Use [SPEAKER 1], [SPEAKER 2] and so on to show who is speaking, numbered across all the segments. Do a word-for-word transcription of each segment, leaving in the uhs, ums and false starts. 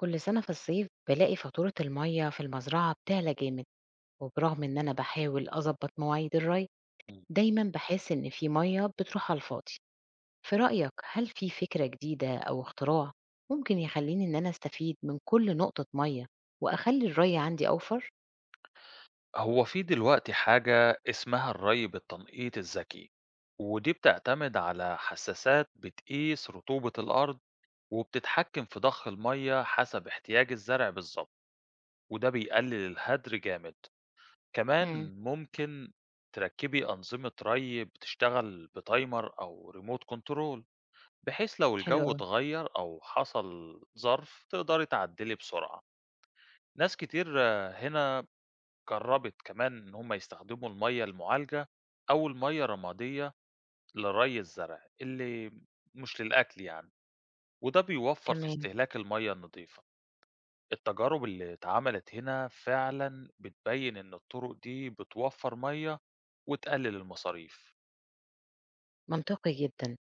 [SPEAKER 1] كل سنة في الصيف بلاقي فاتورة المية في المزرعة بتعلى جامد، وبرغم إن أنا بحاول أظبط مواعيد الري
[SPEAKER 2] إمم.
[SPEAKER 1] دايما بحس إن في مية بتروح على الفاضي. في رأيك هل في فكرة جديدة أو اختراع ممكن يخليني إن أنا أستفيد من كل نقطة مية وأخلي الري عندي أوفر؟
[SPEAKER 2] هو في دلوقتي حاجة اسمها الري بالتنقيط الذكي، ودي بتعتمد على حساسات بتقيس رطوبة الأرض وبتتحكم في ضخ المَيّة حسب احتياج الزرع بالضبط، وده بيقلل الهدر جامد.
[SPEAKER 1] امم.
[SPEAKER 2] كمان ممكن تركّبي أنظمة ري بتشتغل بتايمر أو ريموت كنترول، بحيث لو
[SPEAKER 1] حلو
[SPEAKER 2] الجو
[SPEAKER 1] أوي.
[SPEAKER 2] اتغيّر أو حصل ظرف تقدري تعدّلي بسرعة. ناس كتير آه، هنا جربت كمان إن هم يستخدموا المية المعالجة أو المية الرمادية لري الزرع اللي مش للأكل يعني، وده بيوفر في
[SPEAKER 1] تمام.
[SPEAKER 2] استهلاك المية النظيفة. التجارب اللي اتعملت هنا فعلا بتبين إن الطرق دي بتوفر مية وتقلل المصاريف.
[SPEAKER 1] منطقي جدا.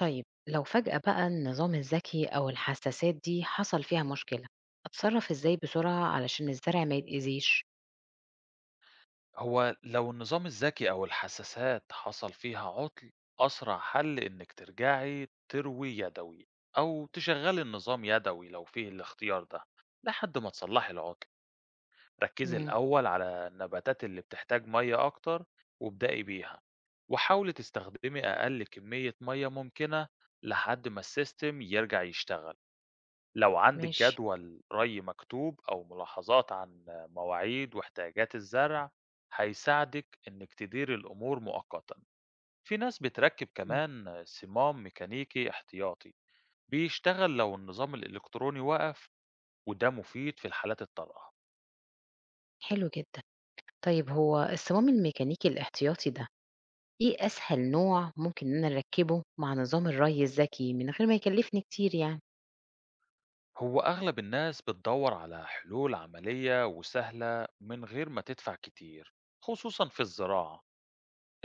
[SPEAKER 1] طيب لو فجأة بقى النظام الذكي أو الحساسات دي حصل فيها مشكلة أتصرف إزاي بسرعة علشان الزرع ما يتأذيش؟
[SPEAKER 2] هو لو النظام الذكي أو الحساسات حصل فيها عطل، أسرع حل إنك ترجعي تروي يدوي أو تشغلي النظام يدوي لو فيه الاختيار ده لحد ما تصلحي العطل. ركزي
[SPEAKER 1] امم.
[SPEAKER 2] الأول على النباتات اللي بتحتاج مية أكتر وابدأي بيها، وحاولي تستخدمي أقل كمية مية ممكنة لحد ما السيستم يرجع يشتغل. لو عندك
[SPEAKER 1] ماشي.
[SPEAKER 2] جدول ري مكتوب أو ملاحظات عن مواعيد واحتياجات الزرع، هيساعدك إنك تدير الأمور مؤقتا. في ناس بتركب كمان صمام ميكانيكي احتياطي بيشتغل لو النظام الإلكتروني وقف، وده مفيد في الحالات الطارئة.
[SPEAKER 1] حلو جدًا. طيب هو الصمام الميكانيكي الاحتياطي ده، إيه أسهل نوع ممكن إن أنا أركّبه مع نظام الري الذكي من غير ما يكلّفني كتير يعني؟
[SPEAKER 2] هو أغلب الناس بتدور على حلول عملية وسهلة من غير ما تدفع كتير، خصوصا في الزراعة.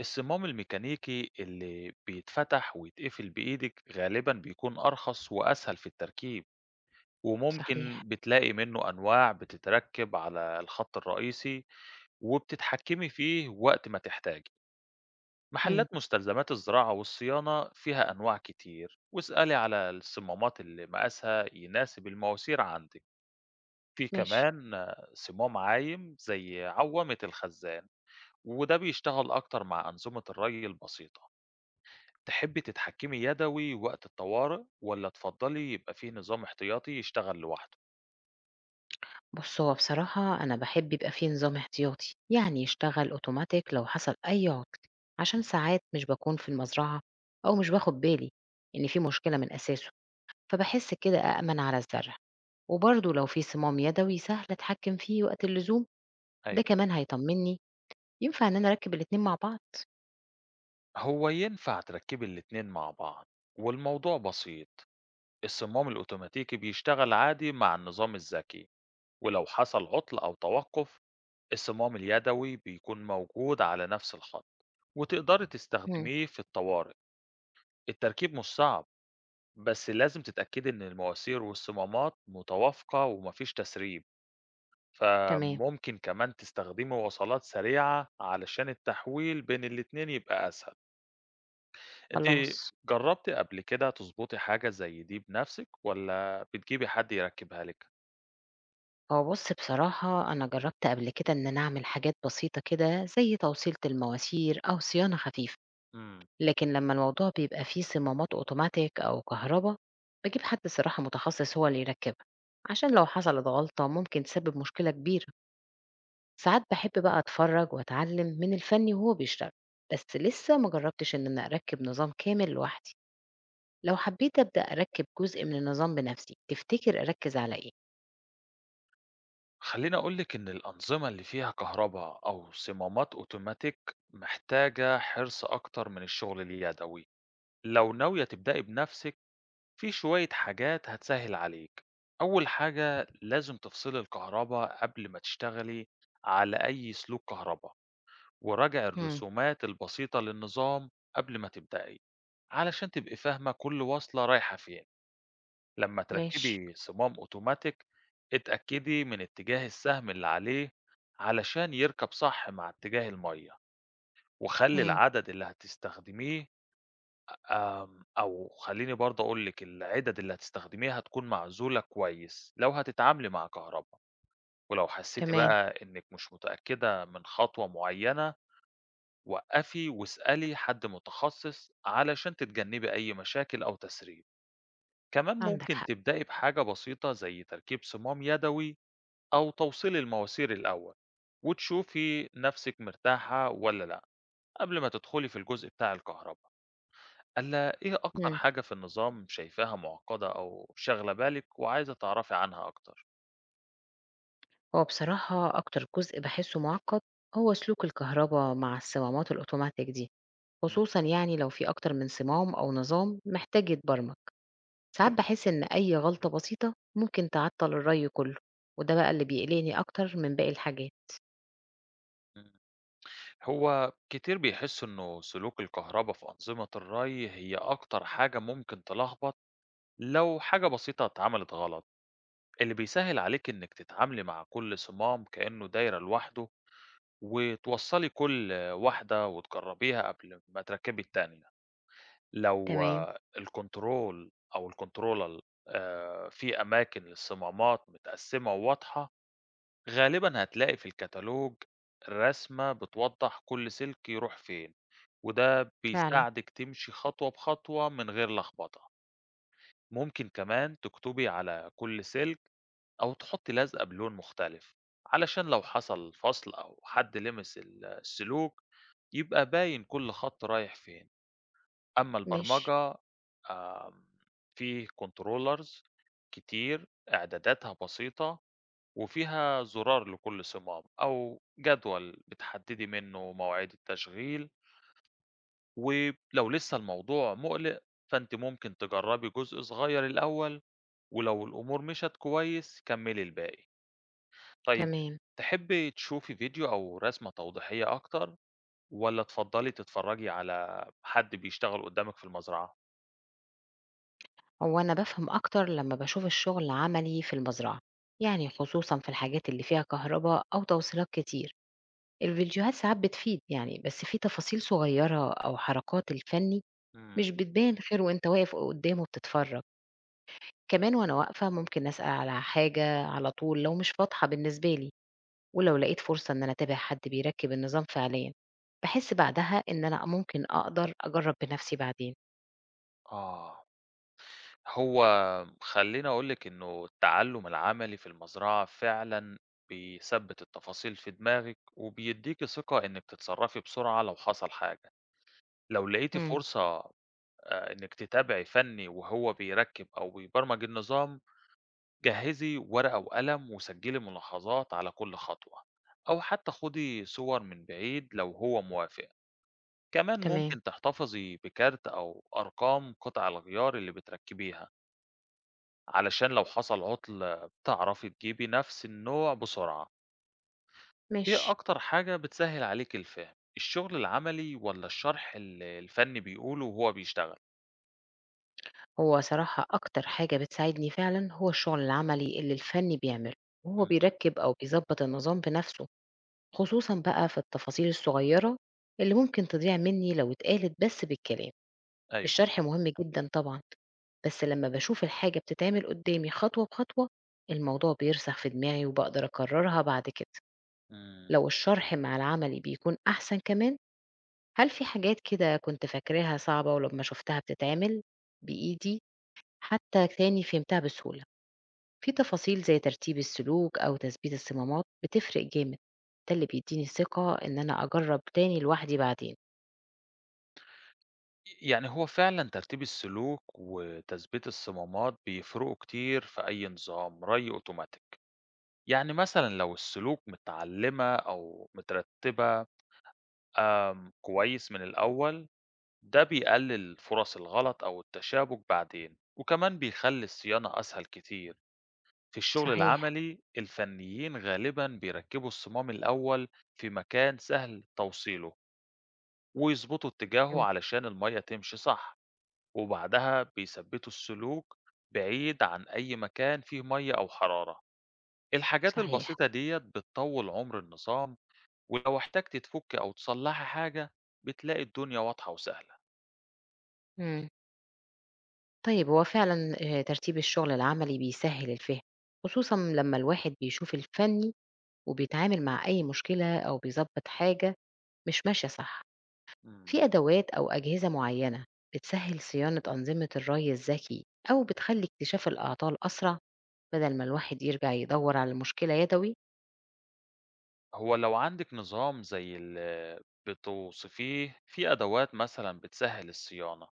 [SPEAKER 2] الصمام الميكانيكي اللي بيتفتح ويتقفل بإيدِك غالبًا بيكون أرخص وأسهل في التركيب، وممكن
[SPEAKER 1] صحيح.
[SPEAKER 2] بتلاقي منه أنواع بتتركب على الخط الرئيسي وبتتحكمي فيه وقت ما تحتاجي.
[SPEAKER 1] إمم.
[SPEAKER 2] محلات مستلزمات الزراعة والصيانة فيها أنواع كتير، واسألي على الصمامات اللي مقاسها يناسب المواسير عندِك. في
[SPEAKER 1] ماشي.
[SPEAKER 2] كمان آه، صمام عايم زي عوامة الخزان، وده بيشتغل أكتر مع أنظمة الري البسيطة. تحبي تتحكمي يدوي وقت الطوارئ والّا تفضّلي يبقى في نظام احتياطي يشتغل لوحده؟
[SPEAKER 1] بُص، هو بصراحة أنا باحب يبقى في نظام احتياطي، يعني يشتغل أوتوماتيك لو حصل أي عُطل، عشان ساعات مش باكون في المزرعة أو مش باخُد بالي إن في مشكلة من أساسه، فباحس كده أأمن على الزرع. وبرضه لو في صمام يدوي سهل أتحكّم فيه وقت اللزوم، ده
[SPEAKER 2] أيوه.
[SPEAKER 1] كمان هيطمّني. ينفع إن أنا أركّب الاتنين مع بعض؟
[SPEAKER 2] هو ينفع تركّبي الاتنين مع بعض، والموضوع بسيط، الصمام الأوتوماتيكي بيشتغل عادي مع النظام الذكي، ولو حصل عطل أو توقُّف، الصمام اليدوي بيكون موجود على نفس الخط، وتقدري إمم.
[SPEAKER 1] إمم.
[SPEAKER 2] تستخدميه في الطوارئ، التركيب مش صعب، بس لازم تتأكدي إن المواسير والصمامات متوافقة وما فيش تسريب.
[SPEAKER 1] تمام.
[SPEAKER 2] فممكن كمان تستخدمي وصلات سريعة علشان التحويل بين الاتنين يبقى أسهل. أنتِ
[SPEAKER 1] خلاص.
[SPEAKER 2] جرّبتِ قبل كده تضبطي حاجة زي دي بنفسِك والّا بتجيبي حد يركّبها لِك؟
[SPEAKER 1] هو بُص بصراحة أنا جرّبت قبل كده إن أنا أعمل حاجات بسيطة كده، زي توصيلة المواسير أو صيانة خفيفة،
[SPEAKER 2] إمم.
[SPEAKER 1] لكن لمّا الموضوع بيبقى فيه صمامات أوتوماتيك أو كهربا، باجيب حد الصراحة متخصص هو اللي يركّبها، عشان لو حصلت غلطة ممكن تسبب مشكلة كبيرة. ساعات باحب بقى أتفرّج وأتعلّم من الفني وهو بيشتغل، بس لسه ما جرّبتش إن أنا أركّب نظام كامل لوحدي. لو حبيت أبدأ أركّب جزء من النظام بنفسي، تفتكر أركّز على إيه؟
[SPEAKER 2] خلّيني أقول لِك إن الأنظمة اللي فيها كهربا أو صمامات أوتوماتيك محتاجة حرص أكتر من الشغل اليدوي. لو ناوية تبدئي بنفسِك، في شوية حاجات هتسهل عليك. أول حاجة لازم تفصلي الكهرباء قبل ما تشتغلي على أي سلوك كهرباء، وراجع
[SPEAKER 1] إمم.
[SPEAKER 2] الرسومات البسيطة للنظام قبل ما تبدأي علشان تبقي فاهمة كل وصلة رايحة فين. لما
[SPEAKER 1] ماشي.
[SPEAKER 2] تركبي صمام أوتوماتيك، اتأكدي من اتجاه السهم اللي عليه علشان يركب صح مع اتجاه المية. وخلي
[SPEAKER 1] إمم.
[SPEAKER 2] العدد اللي هتستخدميه آمم، أو خلّيني برضه أقول لِك العِدَد اللي هتستخدميها هتكون معزولة كويس، لو هتتعاملي مع كهربا. ولو حسّيتِ
[SPEAKER 1] تمام.
[SPEAKER 2] بقى إنِّك مش متأكدة من خطوة معيّنة، وقّفي واسألي حد متخصص علشان تتجنّبي أي مشاكل أو تسريب. كمان
[SPEAKER 1] عندك
[SPEAKER 2] ممكن
[SPEAKER 1] حق.
[SPEAKER 2] تبدئي بحاجة بسيطة زي تركيب صمام يدوي أو توصيل المواسير الأول، وتشوفي نَفْسِك مرتاحة والّا لأ، قبل ما تدخلي في الجزء بتاع الكهربا. ألا إيه أكتر
[SPEAKER 1] إمم.
[SPEAKER 2] حاجة في النظام شايفاها معقدة أو شاغلة بالِك وعايزة تعرفي عنها أكتر؟
[SPEAKER 1] هو بصراحة أكتر جزء باحسّه مُعقّد هو سلوك الكهربا مع الصمامات الأوتوماتيك دي،
[SPEAKER 2] إمم،
[SPEAKER 1] خصوصًا يعني لو في أكتر من صمام أو نظام محتاج يتبرمج، ساعات باحس إن أي غلطة بسيطة ممكن تعطّل الرَّي كلّه، وده بقى اللي بيقلقني أكتر من باقي الحاجات.
[SPEAKER 2] إمم. هو كتير بيحسّوا إنه سلوك الكهربا في أنظمة الري هي أكتر حاجة ممكن تلخبط لو حاجة بسيطة اتعملت غلط. اللي بيسهّل عليكِ إنِّك تتعاملي مع كل صمام كإنه دايرة لوحده وتوصّلي كل واحدة وتجرّبيها قبل ما تركّبي التانية. لو
[SPEAKER 1] تمام.
[SPEAKER 2] آه، الكنترول أو الكنترولر آآ في أماكن للصمامات متقسّمة وواضحة، غالبًا هتلاقي في الكتالوج رسمة بتوضّح كل سلك يروح فين، وده
[SPEAKER 1] فعلًا.
[SPEAKER 2] بيساعدِك تمشي خطوة بخطوة من غير لخبطة. ممكن كمان تكتبي على كل سلك أو تحطّي لزقة بلون مختلف، علشان لو حصل فصل أو حد لمس ال السلوك، يبقى باين كل خط رايح فين. أمّا
[SPEAKER 1] ماشي.
[SPEAKER 2] البرمجة، آمم، فيه controllers كتير، إعداداتها بسيطة، وفيها زرار لكل صمام أو جدول بتحددي منه مواعيد التشغيل، ولو لسه الموضوع مُقلق، فأنتِ ممكن تجربي جزء صغير الأول، ولو الأمور مشت كويس كمّلي الباقي. طيب،
[SPEAKER 1] تمام.
[SPEAKER 2] تحبي تشوفي فيديو أو رسمة توضيحية أكتر، والّا تفضّلي تتفرجي على حد بيشتغل قدّامِك في المزرعة؟
[SPEAKER 1] هو أنا بافهم أكتر لمّا باشوف الشغل عملي في المزرعة، يعني خصوصًا في الحاجات اللي فيها كهربا أو توصيلات كتير. الفيديوهات ساعات بتفيد يعني، بس في تفاصيل صغيرة أو حركات الفني
[SPEAKER 2] إمم،
[SPEAKER 1] مش بتبان غير وأنت واقف قدّامه بتتفرج، كمان وأنا واقفة ممكن أسأل على حاجة على طول لو مش واضحة بالنسبة لي، ولو لقيت فرصة إن أنا أتابع حد بيركب النظام فعليًا، باحس بعدها إن أنا ممكن أقدر أجرب بنفسي بعدين.
[SPEAKER 2] آه. هو خلّيني أقول لِك إنه التعلُّم العملي في المزرعة فعلًا بيثبِّت التفاصيل في دماغِك وبيدّيكِ ثقة إنِّك تتصرّفي بسرعة لو حصل حاجة. لو لقيتِ
[SPEAKER 1] إمم.
[SPEAKER 2] فرصة آآ إنِّك تتابعي فنّي وهو بيركِّب أو بيبرمج النظام، جهِّزي ورقة وقلم وسجِّلي ملاحظات على كل خطوة أو حتّى خُدي صور من بعيد لو هو موافق. كمان
[SPEAKER 1] تمام.
[SPEAKER 2] ممكن تحتفظي بكارت أو أرقام قطع الغيار اللي بتركِّبيها، علشان لو حصل عطل تعرفي تجيبي نفس النوع بسرعة. ايه
[SPEAKER 1] ماشي.
[SPEAKER 2] اكتر حاجة بتسهل عليك الفهم الشغل العملي ولا الشرح اللي الفني بيقوله وهو بيشتغل؟
[SPEAKER 1] هو صراحة أكتر حاجة بتساعدني فعلًا هو الشغل العملي اللي الفني بيعمله، وهو
[SPEAKER 2] مم.
[SPEAKER 1] بيركب أو بيضبط النظام بنفسه. خصوصًا بقى في التفاصيل الصغيّرة اللي ممكن تضيع منّي لو اتقالت بس بالكلام،
[SPEAKER 2] ايوه.
[SPEAKER 1] الشرح مهم جدًا طبعًا، بس لمّا باشوف الحاجة بتتعمل قدّامي خطوة بخطوة، الموضوع بيرسخ في دماغي وباقدر أكررها بعد كده.
[SPEAKER 2] مم.
[SPEAKER 1] لو الشرح مع العملي بيكون أحسن كمان، هل في حاجات كده كنت فاكراها صعبة ولمّا شُفتها بتتعمل بإيدي حتى تاني فهمتها بسهولة؟ في تفاصيل زي ترتيب السلوك أو تثبيت الصمامات بتفرق جامد، ده اللي بيديني الثقة إن أنا أجرب تاني لوحدي بعدين.
[SPEAKER 2] يعني هو فعلا ترتيب السلوك وتثبيت الصمامات بيفرقوا كتير في أي نظام ري أوتوماتيك. يعني مثلا لو السلوك متعلمة أو مترتبة آم، كويس من الأول، ده بيقلل فرص الغلط أو التشابك بعدين، وكمان بيخلي الصيانة أسهل كتير. في الشغل
[SPEAKER 1] صحيح.
[SPEAKER 2] العملي الفنيين غالبا بيركبوا الصمام الأول في مكان سهل توصيله، ويظبطوا اتجاهه
[SPEAKER 1] مم.
[SPEAKER 2] علشان المية تمشي صح. وبعدها بيثبتوا السلوك بعيد عن أي مكان فيه مية أو حرارة. الحاجات
[SPEAKER 1] صحيح.
[SPEAKER 2] البسيطة ديت بتطول عمر النظام، ولو احتجت تفك أو تصلحي حاجة بتلاقي الدنيا واضحة وسهلة.
[SPEAKER 1] مم. طيب هو فعلا آه، ترتيب الشغل العملي بيسهل الفهم خصوصا لما الواحد بيشوف الفني وبيتعامل مع أي مشكلة أو بيظبط حاجة مش ماشية صح.
[SPEAKER 2] مم.
[SPEAKER 1] في أدوات أو أجهزة معينة بتسهل صيانة أنظمة الري الذكي أو بتخلي اكتشاف الأعطال أسرع بدل ما الواحد يرجع يدور على المشكلة يدوي؟
[SPEAKER 2] هو لو عندِك نظام زي اللي بتوصفيه، في أدوات مثلًا بتسهّل الصيانة.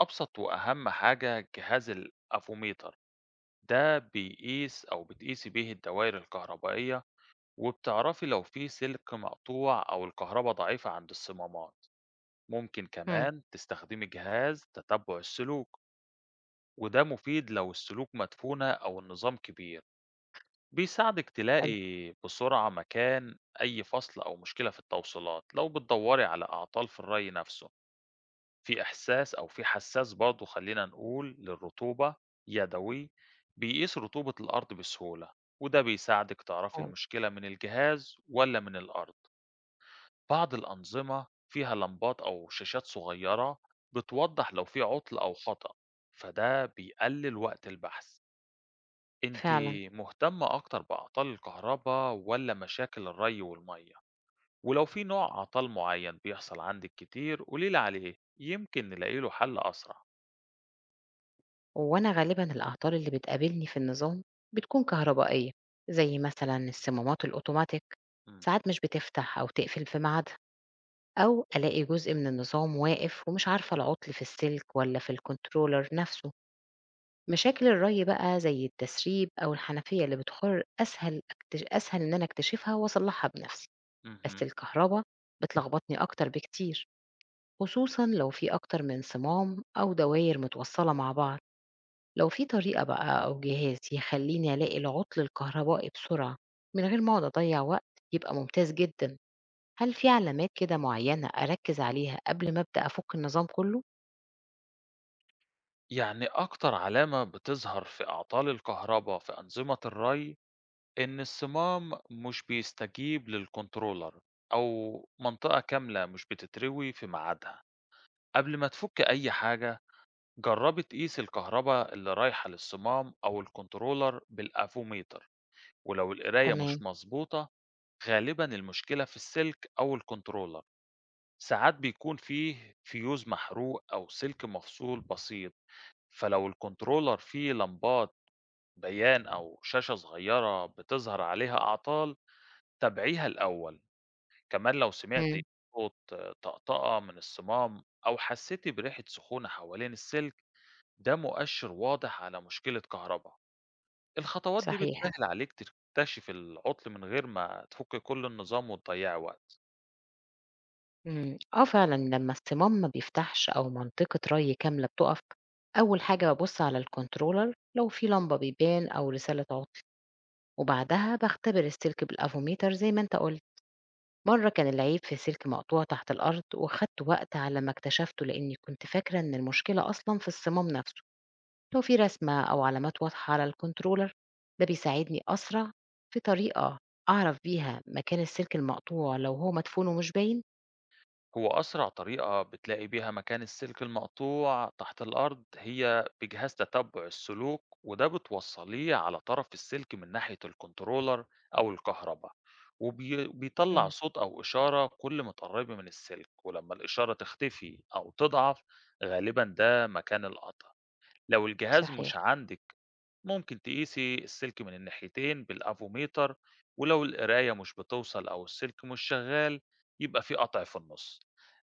[SPEAKER 2] أبسط وأهم حاجة جهاز الأفوميتر، ده بيقيس أو بتقيسي بيه الدوائر الكهربائية، وبتعرفي لو في سلك مقطوع أو الكهربا ضعيفة عند الصمامات. ممكن كمان تستخدمي جهاز تتبع السلوك، وده مفيد لو السلوك مدفونة أو النظام كبير. بيساعدِك
[SPEAKER 1] حلو.
[SPEAKER 2] تلاقي بسرعة مكان أي فصل أو مشكلة في التوصيلات. لو بتدوّري على أعطال في الري نفسه، في إحساس أو في حساس برضه خلّينا نقول للرطوبة يدوي بيقيس رطوبة الأرض بسهولة، وده بيساعدِك تعرفي
[SPEAKER 1] آه.
[SPEAKER 2] المشكلة من الجهاز والّا من الأرض. بعض الأنظمة فيها لمبات أو شاشات صغيرة بتوضّح لو في عطل أو خطأ، فده بيقلل وقت البحث. أنتِ
[SPEAKER 1] فعلًا.
[SPEAKER 2] مهتمة أكتر بأعطال الكهربا والّا مشاكل الري والمَيّة؟ ولو في نوع عطل معيّن بيحصل عندِك كتير قولي لي عليه، يمكن نلاقي له حل أسرع.
[SPEAKER 1] وأنا غالبًا الأعطال اللي بتقابلني في النظام بتكون كهربائية، زي مثلًا الصمامات الأوتوماتيك
[SPEAKER 2] إمم،
[SPEAKER 1] ساعات مش بتفتح أو تقفل في ميعادها، أو ألاقي جزء من النظام واقف ومش عارفة العطل في السلك ولا في الكنترولر نفسه. مشاكل الري بقى زي التسريب أو الحنفية اللي بتخر أسهل أكتش أسهل إن أنا أكتشفها وأصلحها بنفسي، بس
[SPEAKER 2] اهم.
[SPEAKER 1] الكهربا بتلخبطني أكتر بكتير، خصوصًا لو في أكتر من صمام أو دواير متوصلة مع بعض. لو في طريقة بقى أو جهاز يخلّيني ألاقي العُطل الكهربائي بسرعة من غير ما أقعد أضيّع وقت، يبقى ممتاز جدًا. هل في علامات كده معيّنة أركّز عليها قبل ما أبدأ أفُك النظام كُلّه؟
[SPEAKER 2] يعني أكتر علامة بتظهر في أعطال الكهربا في أنظمة الري إن الصمام مش بيستجيب للcontroller أو منطقة كاملة مش بتتروي في ميعادها. قبل ما تفُك أي حاجة، جربي تقيسي الكهرباء اللي رايحة للصمام أو الكنترولر بالأفوميتر. ولو القراية
[SPEAKER 1] تمام.
[SPEAKER 2] مش مظبوطة، غالبا المشكلة في السلك أو الكنترولر. ساعات بيكون فيه فيوز محروق أو سلك مفصول بسيط. فلو الكنترولر فيه لمبات بيان أو شاشة صغيرة بتظهر عليها أعطال، تابعيها الأول. كمان لو سمعتي
[SPEAKER 1] إمم.
[SPEAKER 2] صوت طقطقة من الصمام أو حسيتي بريحة سخونة حوالين السلك، ده مؤشر واضح على مشكلة كهرباء. الخطوات دي
[SPEAKER 1] صحيح.
[SPEAKER 2] بتسهل عليك تكتشف العطل من غير ما تفك كل النظام وتضيع وقت.
[SPEAKER 1] إمم. آه فعلًا، لمّا الصمام ما بيفتحش أو منطقة رَي كاملة بتُقَف، أول حاجة بابُص على الcontroller لو في لمبة بيبان أو رسالة عُطل، وبعدها باختبر السلك بالأفوميتر زي ما أنت قُلت. مرة كان العيب في سلك مقطوع تحت الأرض وخدت وقت على ما اكتشفته لأني كنت فاكرة إن المشكلة أصلا في الصمام نفسه. لو في رسمة أو علامات واضحة على الكنترولر ده بيساعدني أسرع. في طريقة أعرف بيها مكان السلك المقطوع لو هو مدفون ومش باين؟
[SPEAKER 2] هو أسرع طريقة بتلاقي بيها مكان السلك المقطوع تحت الأرض هي بجهاز تتبع السلوك، وده بتوصليه على طرف السلك من ناحية الكنترولر أو الكهرباء، وبيطلع
[SPEAKER 1] مم.
[SPEAKER 2] صوت أو إشارة كل ما تقربي من السلك. ولما الإشارة تختفي أو تضعف، غالبا ده مكان القطع. لو الجهاز
[SPEAKER 1] صحيح.
[SPEAKER 2] مش عندك، ممكن تقيسي السلك من الناحيتين بالافوميتر، ولو القراية مش بتوصل أو السلك مش شغال، يبقى في قطع في النص.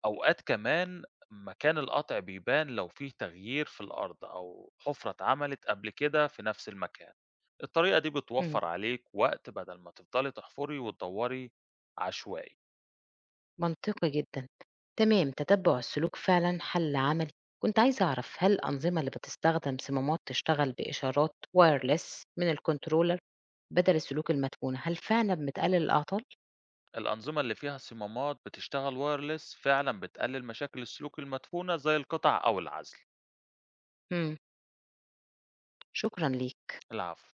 [SPEAKER 2] أوقات كمان مكان القطع بيبان لو فيه تغيير في الأرض أو حفرة اتعملت قبل كده في نفس المكان. الطريقة دي
[SPEAKER 1] مم.
[SPEAKER 2] بتوفر عليك وقت بدل ما تفضلي تحفري وتدوري عشوائي.
[SPEAKER 1] منطقي جدا. تمام. تتبع السلوك فعلا حل عملي. كنت عايزة أعرف هل الأنظمة اللي بتستخدم صمامات تشتغل بإشارات وايرلس من الكنترولر بدل السلوك المدفونة هل فعلا بتقلل الأعطال؟
[SPEAKER 2] الأنظمة اللي فيها صمامات بتشتغل وايرلس فعلا بتقلل مشاكل السلوك المدفونة زي القطع أو العزل.
[SPEAKER 1] مم. شكرا ليك.
[SPEAKER 2] العفو.